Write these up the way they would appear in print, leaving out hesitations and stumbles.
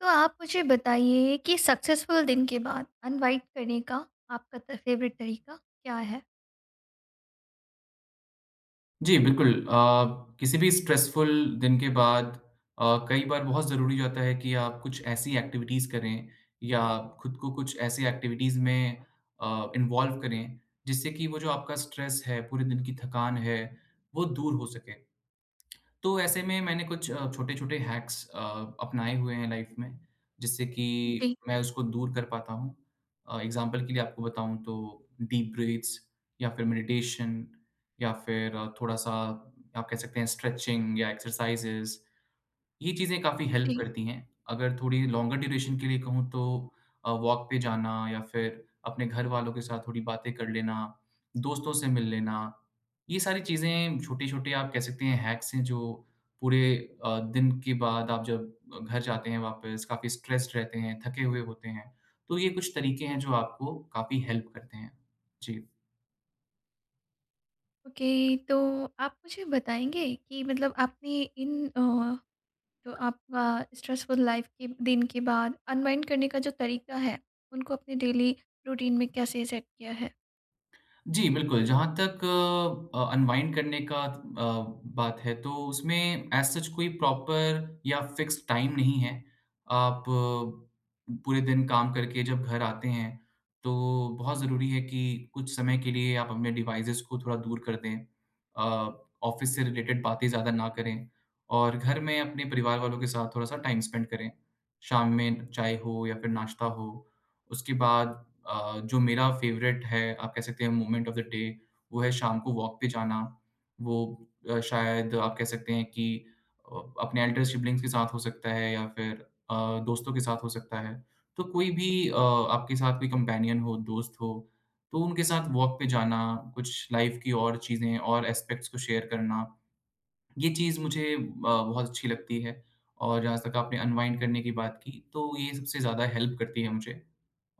तो आप मुझे बताइए कि सक्सेसफुल दिन के बाद अनवाइट करने का आपका फेवरेट तरीका क्या है। जी, बिल्कुल। किसी भी स्ट्रेसफुल दिन के बाद कई बार बहुत ज़रूरी होता है कि आप कुछ ऐसी एक्टिविटीज़ करें या खुद को कुछ ऐसी एक्टिविटीज़ में इन्वॉल्व करें, जिससे कि वो जो आपका स्ट्रेस है, पूरे दिन की थकान है, वो दूर हो सके। तो ऐसे में मैंने कुछ छोटे-छोटे हैक्स अपनाए हुए हैं लाइफ में, जिससे कि जी। मैं उसको दूर कर पाता हूँ। एग्ज़ाम्पल के लिए आपको बताऊँ तो डीप ब्रीथ्स या फिर मेडिटेशन या फिर थोड़ा-सा आप कह सकते हैं स्ट्रेचिंग या एक्सरसाइज़ेज़ ये चीज़ें काफ़ी हेल्प जी। करती हैं। अगर थोड़ी लॉन्गर ड्यूरेशन के लिए कहूँ तो वॉक पे जाना या फिर अपने घर वालों के साथ थोड़ी बातें कर लेना, दोस्तों से मिल लेना, ये सारी चीज़ें छोटे-छोटे आप कह सकते हैं हैक्स हैं जो पूरे दिन के बाद आप जब घर जाते हैं वापस काफ़ी स्ट्रेस्ड रहते हैं, थके हुए होते हैं, तो ये कुछ तरीके हैं जो आपको काफ़ी हेल्प करते हैं। जी। ओके, तो आप मुझे बताएंगे कि मतलब आपने इन जो आपका स्ट्रेसफुल लाइफ के दिन के बाद अनवाइंड करने का जो तरीका है, उनको अपने डेली रूटीन में कैसे सेट किया है। जी, बिल्कुल, जहाँ तक अनवाइंड करने का बात है तो उसमें एज़ सच कोई प्रॉपर या फ़िक्स्ड टाइम नहीं है। आप पूरे दिन काम करके जब घर आते हैं, तो बहुत ज़रूरी है कि कुछ समय के लिए आप अपने डिवाइसेज़ को थोड़ा दूर कर दें। अ, ऑफ़िस से रिलेटेड बातें ज़्यादा ना करें और घर में अपने परिवार वालों के साथ थोड़ा-सा टाइम स्पेंड करें। शाम में चाय हो या फिर नाश्ता हो, उसके बाद जो मेरा फेवरेट है, आप कह सकते हैं मोमेंट ऑफ द डे, वो है शाम को वॉक पे जाना। वो शायद आप कह सकते हैं कि अपने एल्डर सिब्लिंग्स के साथ हो सकता है या फिर अ, दोस्तों के साथ हो सकता है। तो कोई भी आपके साथ कोई कंपेनियन हो, दोस्त हो, तो उनके साथ वॉक पे जाना, कुछ लाइफ़ की और चीज़ें और एस्पेक्ट्स को शेयर करना, ये चीज़ मुझे बहुत अच्छी लगती है। और जहाँ तक आपने अनवाइंड करने की बात की, तो ये सबसे ज़्यादा हेल्प करती है मुझे।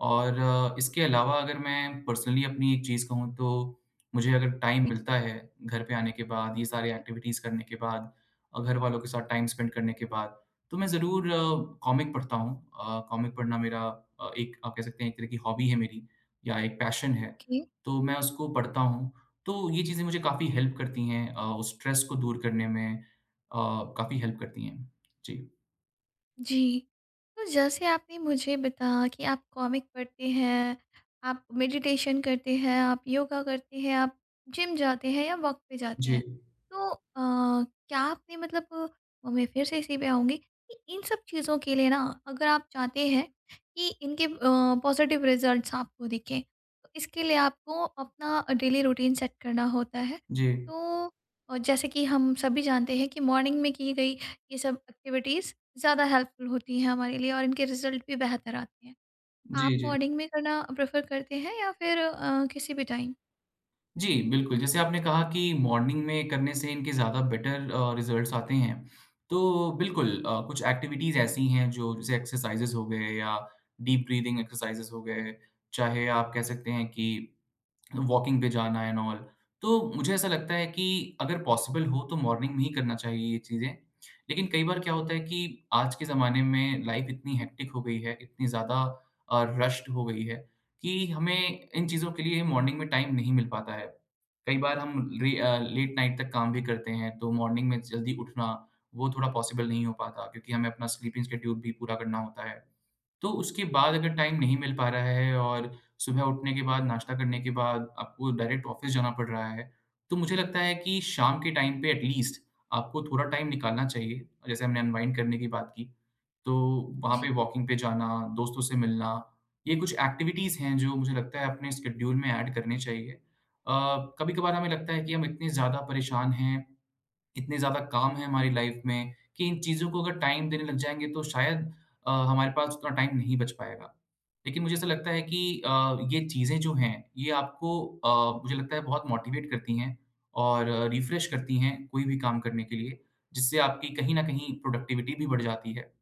और इसके अलावा अगर मैं पर्सनली अपनी एक चीज़ कहूँ तो, मुझे अगर टाइम जी। मिलता है, घर पे आने के बाद, ये सारी एक्टिविटीज़ करने के बाद घर वालों के साथ टाइम स्पेंड करने के बाद, तो मैं ज़रूर कॉमिक पढ़ता हूँ। कॉमिक पढ़ना मेरा एक आप कह सकते हैं एक तरह की हॉबी है मेरी या एक पैशन है, जी। तो मैं उसको पढ़ता हूँ। तो ये चीज़ें मुझे काफ़ी हेल्प करती हैं उस स्ट्रेस को दूर करने में काफ़ी हेल्प करती हैं। जी। जी। तो जैसे आपने मुझे बताया कि आप कॉमिक पढ़ते हैं, आप मेडिटेशन करते हैं, आप योगा करते हैं, आप जिम जाते हैं या वॉक पे जाते जी। हैं। तो क्या आपने मतलब मैं फिर से इसी पे आऊँगी कि इन सब चीज़ों के लिए ना अगर आप चाहते हैं कि इनके पॉज़िटिव रिज़ल्ट्स आपको दिखें, तो इसके लिए आपको अपना डेली रूटीन सेट करना होता है। जी। तो जैसे कि हम सभी जानते हैं कि मॉर्निंग में की गई ये सब एक्टिविटीज़ ज़्यादा हेल्पफुल होती हैं हमारे लिए और इनके रिजल्ट भी बेहतर आते हैं। आप जी, जी। मॉर्निंग में करना प्रेफ़र करते हैं या फिर किसी भी टाइम? जी, बिल्कुल, जैसे आपने कहा कि मॉर्निंग में करने से इनके ज़्यादा बेटर रिज़ल्ट्स आते हैं। तो बिल्कुल कुछ एक्टिविटीज़ ऐसी हैं जो जैसे एक्सरसाइज़ेज़ हो गए या डीप ब्रीथिंग एक्सरसाइज़ेज़ हो गए, चाहे आप कह सकते हैं कि वॉकिंग पे जाना एंड ऑल। तो मुझे ऐसा लगता है कि अगर पॉसिबल हो तो मॉर्निंग में ही करना चाहिए ये चीज़ें। लेकिन कई बार क्या होता है कि आज के ज़माने में लाइफ़ इतनी हेक्टिक हो गई है, इतनी ज़्यादा रश्ड हो गई है कि हमें इन चीज़ों के लिए मॉर्निंग में टाइम नहीं मिल पाता है। कई बार लेट नाइट तक काम भी करते हैं तो मॉर्निंग में जल्दी उठना वो थोड़ा पॉसिबल नहीं हो पाता क्योंकि हमें अपना स्लीपिंग शेड्यूल भी पूरा करना होता है। तो उसके बाद अगर टाइम नहीं मिल पा रहा है और सुबह उठने के बाद, नाश्ता करने के बाद आपको डायरेक्ट ऑफ़िस जाना पड़ रहा है। तो मुझे लगता है कि शाम के टाइम पे एट लीस्ट आपको थोड़ा टाइम निकालना चाहिए, जैसे हमने अनवाइंड करने की बात की। तो वहाँ जी, पे वॉकिंग पे जाना, दोस्तों से मिलना, ये कुछ एक्टिविटीज़ हैं जो मुझे लगता है अपने स्केड्यूल में ऐड करने चाहिए। कभी-कभार हमें लगता है कि हम इतने ज़्यादा परेशान हैं इतने ज़्यादा काम हैं हमारी लाइफ में कि इन चीज़ों को अगर टाइम देने लग जाएँगे तो शायद हमारे पास उतना टाइम नहीं बच पाएगा। लेकिन मुझे ऐसा लगता है कि ये चीज़ें जो हैं ये आपको मुझे लगता है बहुत मोटिवेट करती हैं और रिफ्रेश करती हैं कोई भी काम करने के लिए, जिससे आपकी कहीं न कहीं प्रोडक्टिविटी भी बढ़ जाती है।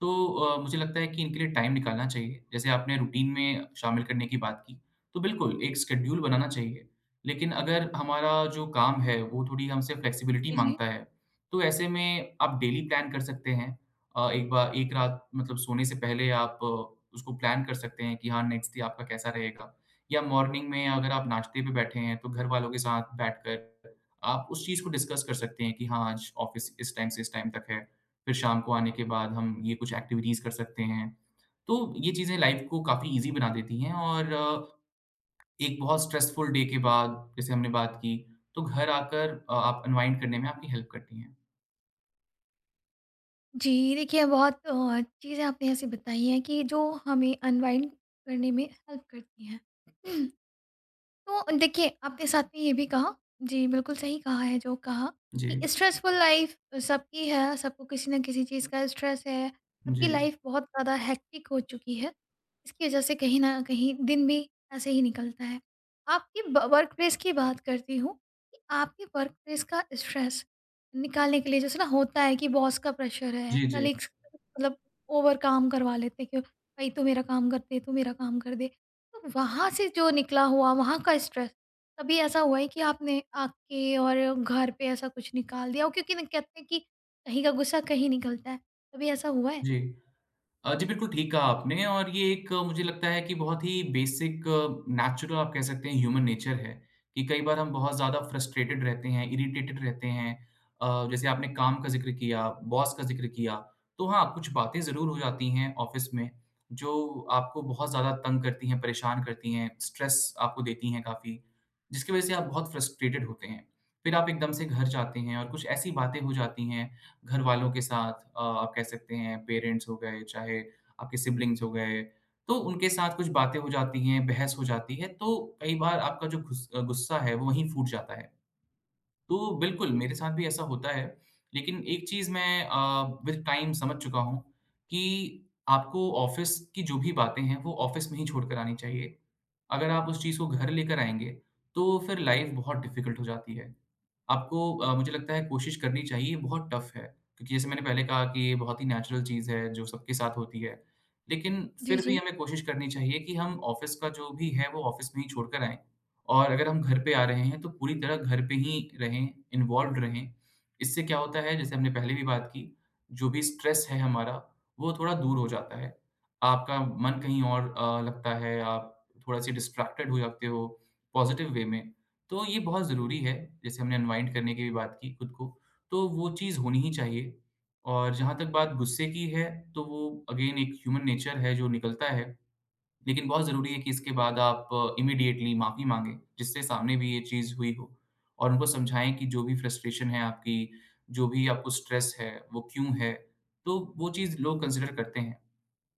तो मुझे लगता है कि इनके लिए टाइम निकालना चाहिए। जैसे आपने रूटीन में शामिल करने की बात की, तो बिल्कुल एक शेड्यूल बनाना चाहिए। लेकिन अगर हमारा जो काम है वो थोड़ी हमसे फ्लेक्सिबिलिटी जी, जी। माँगता है, तो ऐसे में आप डेली प्लान कर सकते हैं। एक बार एक रात मतलब सोने से पहले आप उसको प्लान कर सकते हैं कि हाँ, नेक्स्ट डे आपका कैसा रहेगा। या मॉर्निंग में अगर आप नाश्ते पे बैठे हैं, तो घर वालों के साथ बैठकर आप उस चीज़ को डिस्कस कर सकते हैं कि हाँ, आज ऑफ़िस इस टाइम से इस टाइम तक है। फिर शाम को आने के बाद हम ये कुछ एक्टिविटीज़ कर सकते हैं। तो ये चीज़ें लाइफ़ को काफ़ी ईज़ी बना देती हैं और एक बहुत स्ट्रेसफुल डे के बाद जैसे हमने बात की, तो घर आकर आप अनवाइंड करने में आपकी हेल्प करती हैं। जी, देखिए बहुत चीज़ें आपने ऐसी बताई हैं कि जो हमें अनवाइंड करने में हेल्प करती हैं। तो देखिए आपने साथ में ये भी कहा, जी बिल्कुल सही कहा है जो कहा जी। कि स्ट्रेसफुल लाइफ सबकी है। सबको किसी ना किसी चीज़ का स्ट्रेस है। सबकी जी। लाइफ बहुत ज़्यादा हेक्टिक हो चुकी है। इसकी वजह से कहीं ना कहीं दिन भी ऐसे ही निकलता है। आपकी वर्क प्लेस की बात करती हूँ कि आपकी वर्क प्लेस का स्ट्रेस निकालने के लिए, जैसे ना होता है कि बॉस का प्रेशर है, जी, जी। कलीग्स मतलब ओवर काम करवा लेते हैं कि भाई तू मेरा काम कर दे, तू मेरा काम कर दे। तो वहाँ से जो निकला हुआ वहाँ का स्ट्रेस, कभी ऐसा हुआ है कि आपने आपके और घर पे ऐसा कुछ निकाल दिया हो? क्योंकि ना कहते हैं कि कहीं का गुस्सा कहीं निकलता है, कभी ऐसा हुआ है? जी। जी, बिल्कुल ठीक कहा आपने और ये एक मुझे लगता है कि बहुत ही बेसिक नेचुरल आप कह सकते हैं ह्यूमन नेचर है कि कई बार हम बहुत ज़्यादा फ्रस्ट्रेटेड रहते हैं, इरिटेटेड रहते हैं। जैसे आपने काम का ज़िक्र किया, बॉस का ज़िक्र किया, तो हाँ, कुछ बातें ज़रूर हो जाती हैं ऑफ़िस में, जो आपको बहुत ज़्यादा तंग करती हैं, परेशान करती हैं, स्ट्रेस आपको देती हैं काफ़ी, जिसकी वज़ह से आप बहुत फ्रस्ट्रेटेड होते हैं। फिर आप एकदम से घर जाते हैं और कुछ ऐसी बातें हो जाती हैं घर वालों के साथ आप कह सकते हैं पेरेंट्स हो गए, चाहे आपके सिबलिंग्स हो गए, तो उनके साथ कुछ बातें हो जाती हैं, बहस हो जाती है, तो कई बार आपका जो गुस्सा है वो वहीं फूट जाता है। तो बिल्कुल, मेरे साथ भी ऐसा होता है, लेकिन एक चीज़ मैं विद टाइम समझ चुका हूँ कि आपको ऑफ़िस की जो भी बातें हैं, वो ऑफ़िस में ही छोड़कर आनी चाहिए। अगर आप उस चीज़ को घर लेकर आएँगे, तो फिर लाइफ़ बहुत डिफ़िकल्ट हो जाती है। आपको मुझे लगता है कोशिश करनी चाहिए, ये बहुत टफ़ है, क्योंकि जैसे मैंने पहले कहा कि ये बहुत ही नेचुरल चीज़ है, जो सबके साथ होती है। लेकिन जी, फिर भी जी। हमें कोशिश करनी चाहिए कि हम ऑफ़िस का जो भी है, वो ऑफ़िस में ही छोड़कर आएँ और अगर हम घर पे आ रहे हैं तो पूरी तरह घर पे ही रहें, इन्वॉल्व्ड रहें। इससे क्या होता है जैसे हमने पहले भी बात की, जो भी स्ट्रेस है हमारा वो थोड़ा दूर हो जाता है। आपका मन कहीं और लगता है, आप थोड़ा-सी डिस्ट्रैक्टेड हो जाते हो पॉज़िटिव वे में। तो ये बहुत ज़रूरी है, जैसे हमने अनवाइंड करने की भी बात की खुद को, तो वो चीज़ होनी ही चाहिए। और जहाँ तक बात गुस्से की है, तो वो अगेन एक ह्यूमन नेचर है जो निकलता है। लेकिन बहुत ज़रूरी है कि इसके बाद आप इमीडिएटली माफ़ी माँगे, जिससे सामने भी ये चीज़ हुई हो और उनको समझाएँ कि जो भी फ्रस्ट्रेशन है आपकी, जो भी आपको स्ट्रेस है, वो क्यों है? तो वो चीज़ लोग कंसिडर करते हैं।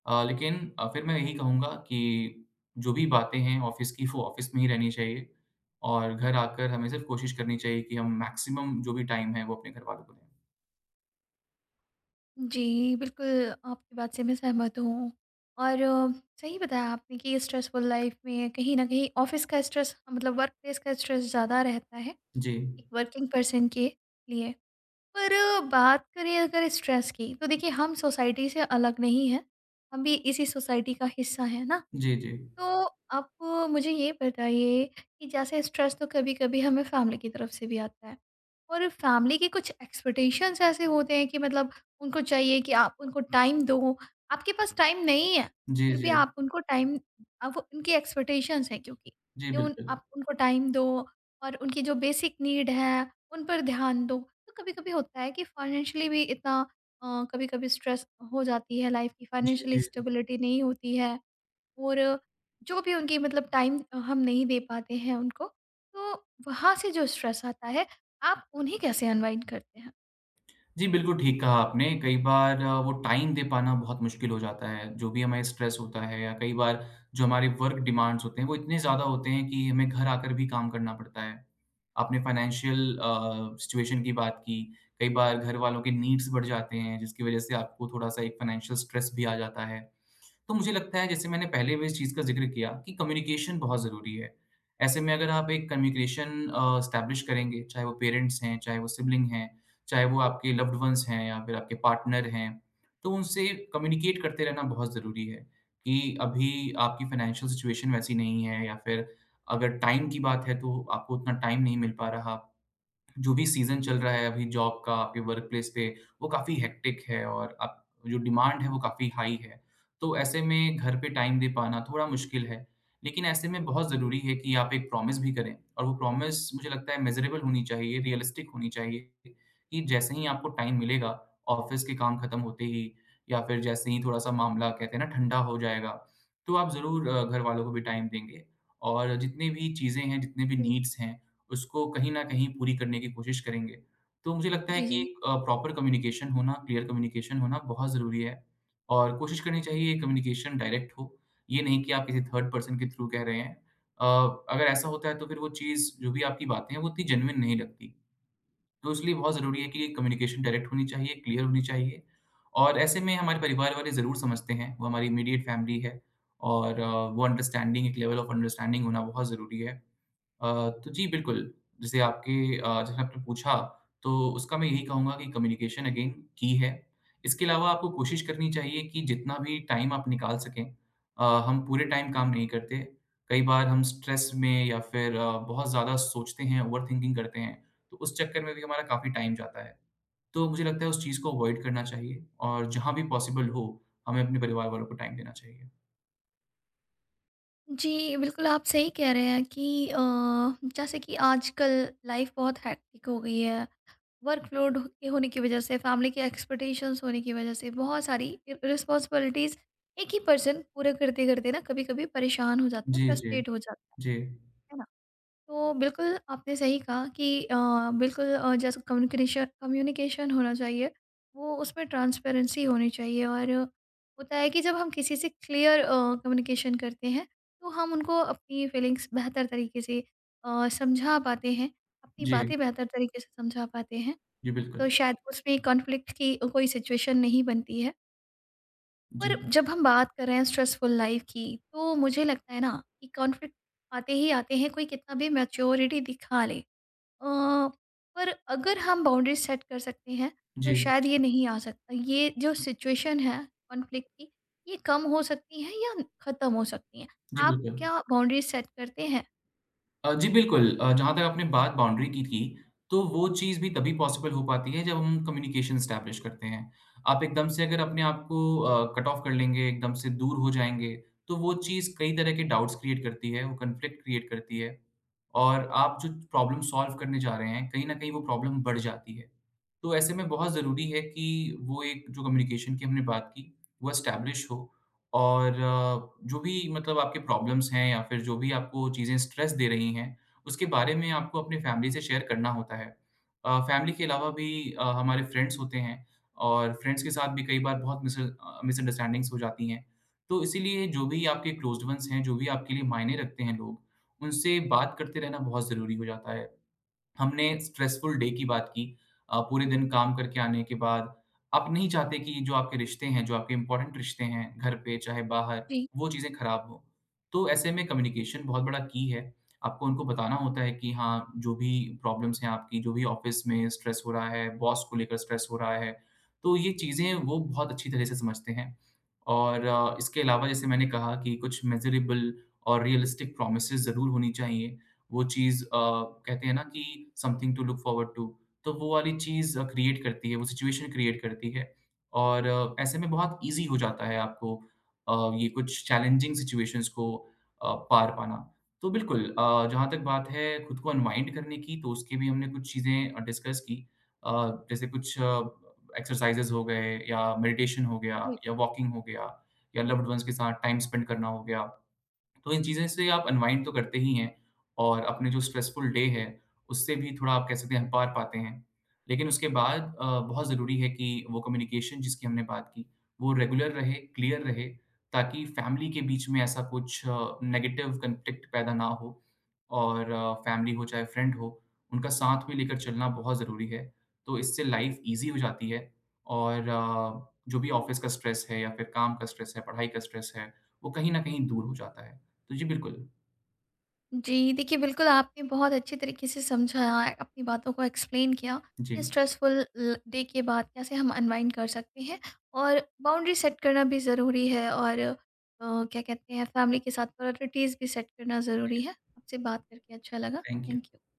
लेकिन फिर मैं यही कहूँगा कि जो भी बातें हैं ऑफ़िस की, वो ऑफ़िस में ही रहनी चाहिए और घर आकर हमें सिर्फ़ कोशिश करनी चाहिए कि हम मैक्सिमम जो भी टाइम है, वो अपने घरवालों को दें। जी, बिल्कुल आपकी बात से मैं सहमत हूँ। और सही बताया आपने कि स्ट्रेसफुल लाइफ़ में कहीं न कहीं ऑफ़िस का स्ट्रेस मतलब वर्क प्लेस का स्ट्रेस ज़्यादा रहता है, जी। एक वर्किंग पर्सन के लिए। पर बात करें अगर स्ट्रेस की, तो देखिए हम सोसाइटी से अलग नहीं हैं, हम भी इसी सोसाइटी का हिस्सा है ना। जी, जी। तो आप मुझे ये बताइए कि जैसे स्ट्रेस तो कभी-कभी हमें फैमिली की तरफ से भी आता है, और फैमिली के कुछ एक्सपेक्टेशंस ऐसे होते हैं कि मतलब उनको चाहिए कि आप उनको टाइम दो। आपके पास टाइम नहीं है, जी, फिर भी जी। आप उनको टाइम, अब वो उनकी एक्सपेक्टेशंस हैं, क्योंकि जी, कि उन बिल्कुल। आप उनको टाइम दो और उनकी जो बेसिक नीड है, उन पर ध्यान दो। तो कभी-कभी होता है कि फाइनेंशियली भी इतना कभी-कभी स्ट्रेस हो जाती है लाइफ़ की, जी, फाइनेंशियली जी। स्टेबिलिटी नहीं होती है। और जो भी उनकी मतलब टाइम हम नहीं दे पाते हैं उनको, तो वहाँ से जो स्ट्रेस आता है, आप उन्हें कैसे अनवाइंड करते हैं? जी, बिल्कुल ठीक कहा आपने। कई बार वो टाइम दे पाना बहुत मुश्किल हो जाता है। जो भी हमें स्ट्रेस होता है या कई बार जो हमारे वर्क डिमांड्स होते हैं, वो इतने ज़्यादा होते हैं कि हमें घर आकर भी काम करना पड़ता है। आपने फाइनेंशियल सिचुएशन की बात की। कई बार घर वालों के नीड्स बढ़ जाते हैं, जिसकी वज़ह से आपको थोड़ा-सा एक फाइनेंशियल स्ट्रेस भी आ जाता है। तो मुझे लगता है जैसे मैंने पहले भी इस चीज़ का ज़िक्र किया कि कम्युनिकेशन बहुत ज़रूरी है। ऐसे में अगर आप एक कम्युनिकेशन एस्टेब्लिश करेंगे, चाहे वो पेरेंट्स हैं, चाहे वो सिबलिंग हैं, चाहे वो आपके लव्ड वन्स हैं या फिर आपके पार्टनर हैं, तो उनसे कम्युनिकेट करते रहना बहुत ज़रूरी है कि अभी आपकी फाइनेंशियल सिचुएशन वैसी नहीं है या फिर अगर टाइम की बात है तो आपको उतना टाइम नहीं मिल पा रहा। जो भी सीज़न चल रहा है अभी जॉब का, आपके वर्कप्लेस पे, वो काफ़ी हेक्टिक है और आप जो डिमांड है, वो काफ़ी हाई है। तो ऐसे में घर पे टाइम दे पाना थोड़ा मुश्किल है। लेकिन ऐसे में बहुत ज़रूरी है कि आप एक प्रॉमिस भी करें और वो प्रॉमिस मुझे लगता है मेज़रेबल होनी चाहिए, रियलिस्टिक होनी चाहिए कि जैसे ही आपको टाइम मिलेगा, ऑफ़िस के काम खत्म होते ही या फिर जैसे ही थोड़ा-सा मामला कहते हैं ना ठंडा हो जाएगा, तो आप ज़रूर घर वालों को भी टाइम देंगे और जितने भी चीज़ें हैं, जितने भी जी। नीड्स हैं उसको कहीं न कहीं पूरी करने की कोशिश करेंगे। तो मुझे लगता है जी, कि जी। एक प्रॉपर कम्युनिकेशन होना, क्लियर कम्युनिकेशन होना बहुत ज़रूरी है और कोशिश करनी चाहिए कम्युनिकेशन डायरेक्ट हो, ये नहीं कि आप किसी थर्ड पर्सन के थ्रू कह रहे हैं। अ, अगर ऐसा होता है तो फिर वो चीज़ जो भी आपकी बातें हैं, वो उतनी जेन्युइन नहीं लगती। तो इसलिए बहुत ज़रूरी है कि कम्युनिकेशन डायरेक्ट होनी चाहिए, क्लियर होनी चाहिए और ऐसे में हमारे परिवार वाले ज़रूर समझते हैं, वो हमारी इमीडिएट फैमिली है और वो अंडरस्टैंडिंग एक लेवल ऑफ अंडरस्टैंडिंग होना बहुत ज़रूरी है। तो जी, बिल्कुल, जैसे जैसे आपने पूछा, तो उसका मैं यही कहूँगा कि कम्युनिकेशन अगेन की है। इसके अलावा आपको कोशिश करनी चाहिए कि जितना भी टाइम आप निकाल सकें। हम पूरे टाइम काम नहीं करते। कई बार हम स्ट्रेस में या फिर बहुत ज़्यादा सोचते हैं, ओवरथिंकिंग करते हैं, तो उस चक्कर में भी हमारा काफ़ी टाइम जाता है। तो मुझे लगता है उस चीज़ को अवॉइड करना चाहिए और जहाँ भी पॉसिबल हो, हमें अपने परिवार वालों को टाइम देना चाहिए। जी, बिल्कुल आप सही कह रहे हैं कि जैसे कि आजकल लाइफ़ बहुत हेक्टिक हो गई है। वर्कलोड के होने की वज़ह से, फैमिली के एक्सपेक्टेशंस होने की वज़ह से बहुत सारी इ रिस्पॉन्सिबिलिटीज़ एक ही पर्सन पूरा करते-करते ना कभी-कभी परेशान हो जाता है, जी, जी। फ्रस्ट्रेट हो जाता है। जी, है ना? तो बिल्कुल आपने सही कहा कि बिल्कुल जैसे कम्युनिकेशन कम्युनिकेशन होना चाहिए, वो उसमें ट्रांसपेरेंसी होनी चाहिए। और होता है कि जब हम किसी से क्लियर कम्युनिकेशन करते हैं, तो हम उनको अपनी फीलिंग्स बेहतर तरीके से समझा पाते हैं, अपनी जी। बातें बेहतर तरीके से समझा पाते हैं। जी, तो बिल्कुल। शायद उसमें कॉन्फ्लिक्ट की कोई सिचुएशन नहीं बनती है। जी, पर जब हम बात कर रहे हैं स्ट्रेसफुल लाइफ की, तो मुझे लगता है ना कि कॉन्फ्लिक्ट आते ही आते हैं, कोई कितना भी मैच्योरिटी दिखा ले। अ, पर अगर हम बाउंड्री सेट कर सकते हैं, तो जी, शायद ये नहीं आ सकता, ये जो सिचुएशन है कॉन्फ्लिक्ट की, ये कम हो सकती है या ख़त्म हो सकती हैं। जी, आप बिल्कुल। क्या बाउंड्री सेट करते हैं? जी बिल्कुल। जहाँ तक आपने बात बाउंड्री की थी, तो वो चीज़ भी तभी पॉसिबल हो पाती है जब हम कम्युनिकेशन एस्टेब्लिश करते हैं। आप एकदम से अगर अपने आप को कट ऑफ कर लेंगे, एकदम से दूर हो जाएँगे, तो वो चीज़ कई तरह के डाउट्स क्रिएट करती है, वो कॉन्फ्लिक्ट क्रिएट करती है और आप जो प्रॉब्लम सॉल्व करने जा रहे हैं, कहीं न कहीं वो प्रॉब्लम बढ़ जाती है। तो ऐसे में बहुत ज़रूरी है कि वो एक जो कम्युनिकेशन की हमने बात की, वो एस्टेब्लिश हो और जो भी मतलब आपके प्रॉब्लम्स हैं या फिर जो भी आपको चीज़ें स्ट्रेस दे रही हैं, उसके बारे में आपको अपनी फैमिली से शेयर करना होता है। फैमिली के अलावा भी हमारे फ्रेंड्स होते हैं और फ्रेंड्स के साथ भी कई बार बहुत मिसअंडरस्टैंडिंग्स हो जाती हैं। तो इसीलिए जो भी आपके क्लोज़्ड वन्स हैं, जो भी आपके लिए मायने रखते हैं लोग, उनसे बात करते रहना बहुत ज़रूरी हो जाता है। हमने स्ट्रेसफुल डे की बात की। पूरे दिन काम करके आने के बाद आप नहीं चाहते कि जो आपके रिश्ते हैं, जो आपके इम्पोर्टेंट रिश्ते हैं, घर पे चाहे बाहर, जी। वो चीज़ें खराब हों। तो ऐसे में कम्युनिकेशन बहुत बड़ा की है। आपको उनको बताना होता है कि हाँ, जो भी प्रॉब्लम्स हैं आपकी, जो भी ऑफ़िस में स्ट्रेस हो रहा है, बॉस को लेकर स्ट्रेस हो रहा है, तो ये चीज़ें वो बहुत अच्छी तरह से समझते हैं। और इसके अलावा जैसे मैंने कहा कि कुछ मेज़रेबल और रियलिस्टिक प्रॉमिसेस ज़रूर होनी चाहिए। वो चीज़ अ, कहते हैं ना कि something to look forward to, तो वो वाली क्रिएट करती है, वो सिचुएशन क्रिएट करती है और ऐसे में बहुत ईज़ी हो जाता है आपको ये कुछ चैलेंजिंग सिचुएशंस को पार पाना। तो बिल्कुल जहाँ तक बात है खुद को अनवाइंड करने की तो उसकी भी हमने कुछ चीज़ें डिस्कस की। अ, जैसे कुछ एक्सरसाइज़ेज़ हो गए या मेडिटेशन हो गया या वॉकिंग हो गया या लव्ड वन्स के साथ टाइम स्पेंड करना हो गया। तो इन चीज़ें से आप अनवाइंड तो करते ही हैं और अपने जो स्ट्रेसफुल डे है, उससे भी थोड़ा आप कह सकते हैं पार पाते हैं। लेकिन उसके बाद बहुत ज़रूरी है कि वो कम्युनिकेशन जिसकी हमने बात की, वो रेगुलर रहे, क्लियर रहे, ताकि फैमिली के बीच में ऐसा कुछ नेगेटिव कॉन्फ्लिक्ट पैदा ना हो और फैमिली हो चाहे फ्रेंड हो, उनका साथ में लेकर चलना बहुत ज़रूरी है। तो इससे लाइफ़ ईज़ी हो जाती है और जो भी ऑफ़िस का स्ट्रेस है या फिर काम का स्ट्रेस है, पढ़ाई का स्ट्रेस है, वो कहीं न कहीं दूर हो जाता है। तो जी, बिल्कुल। जी, देखिए बिल्कुल आपने बहुत अच्छे तरीके से समझाया, अपनी बातों को एक्सप्लेन किया जी, कि स्ट्रेसफुल ल डे के बाद कैसे हम अनवाइंड कर सकते हैं, और बाउंड्री सेट करना भी ज़रूरी है, और क्या कहते हैं, फैमिली के साथ प्रायोरिटीज़ भी सेट करना ज़रूरी है। आपसे बात करके अच्छा लगा। Thank you. Thank you.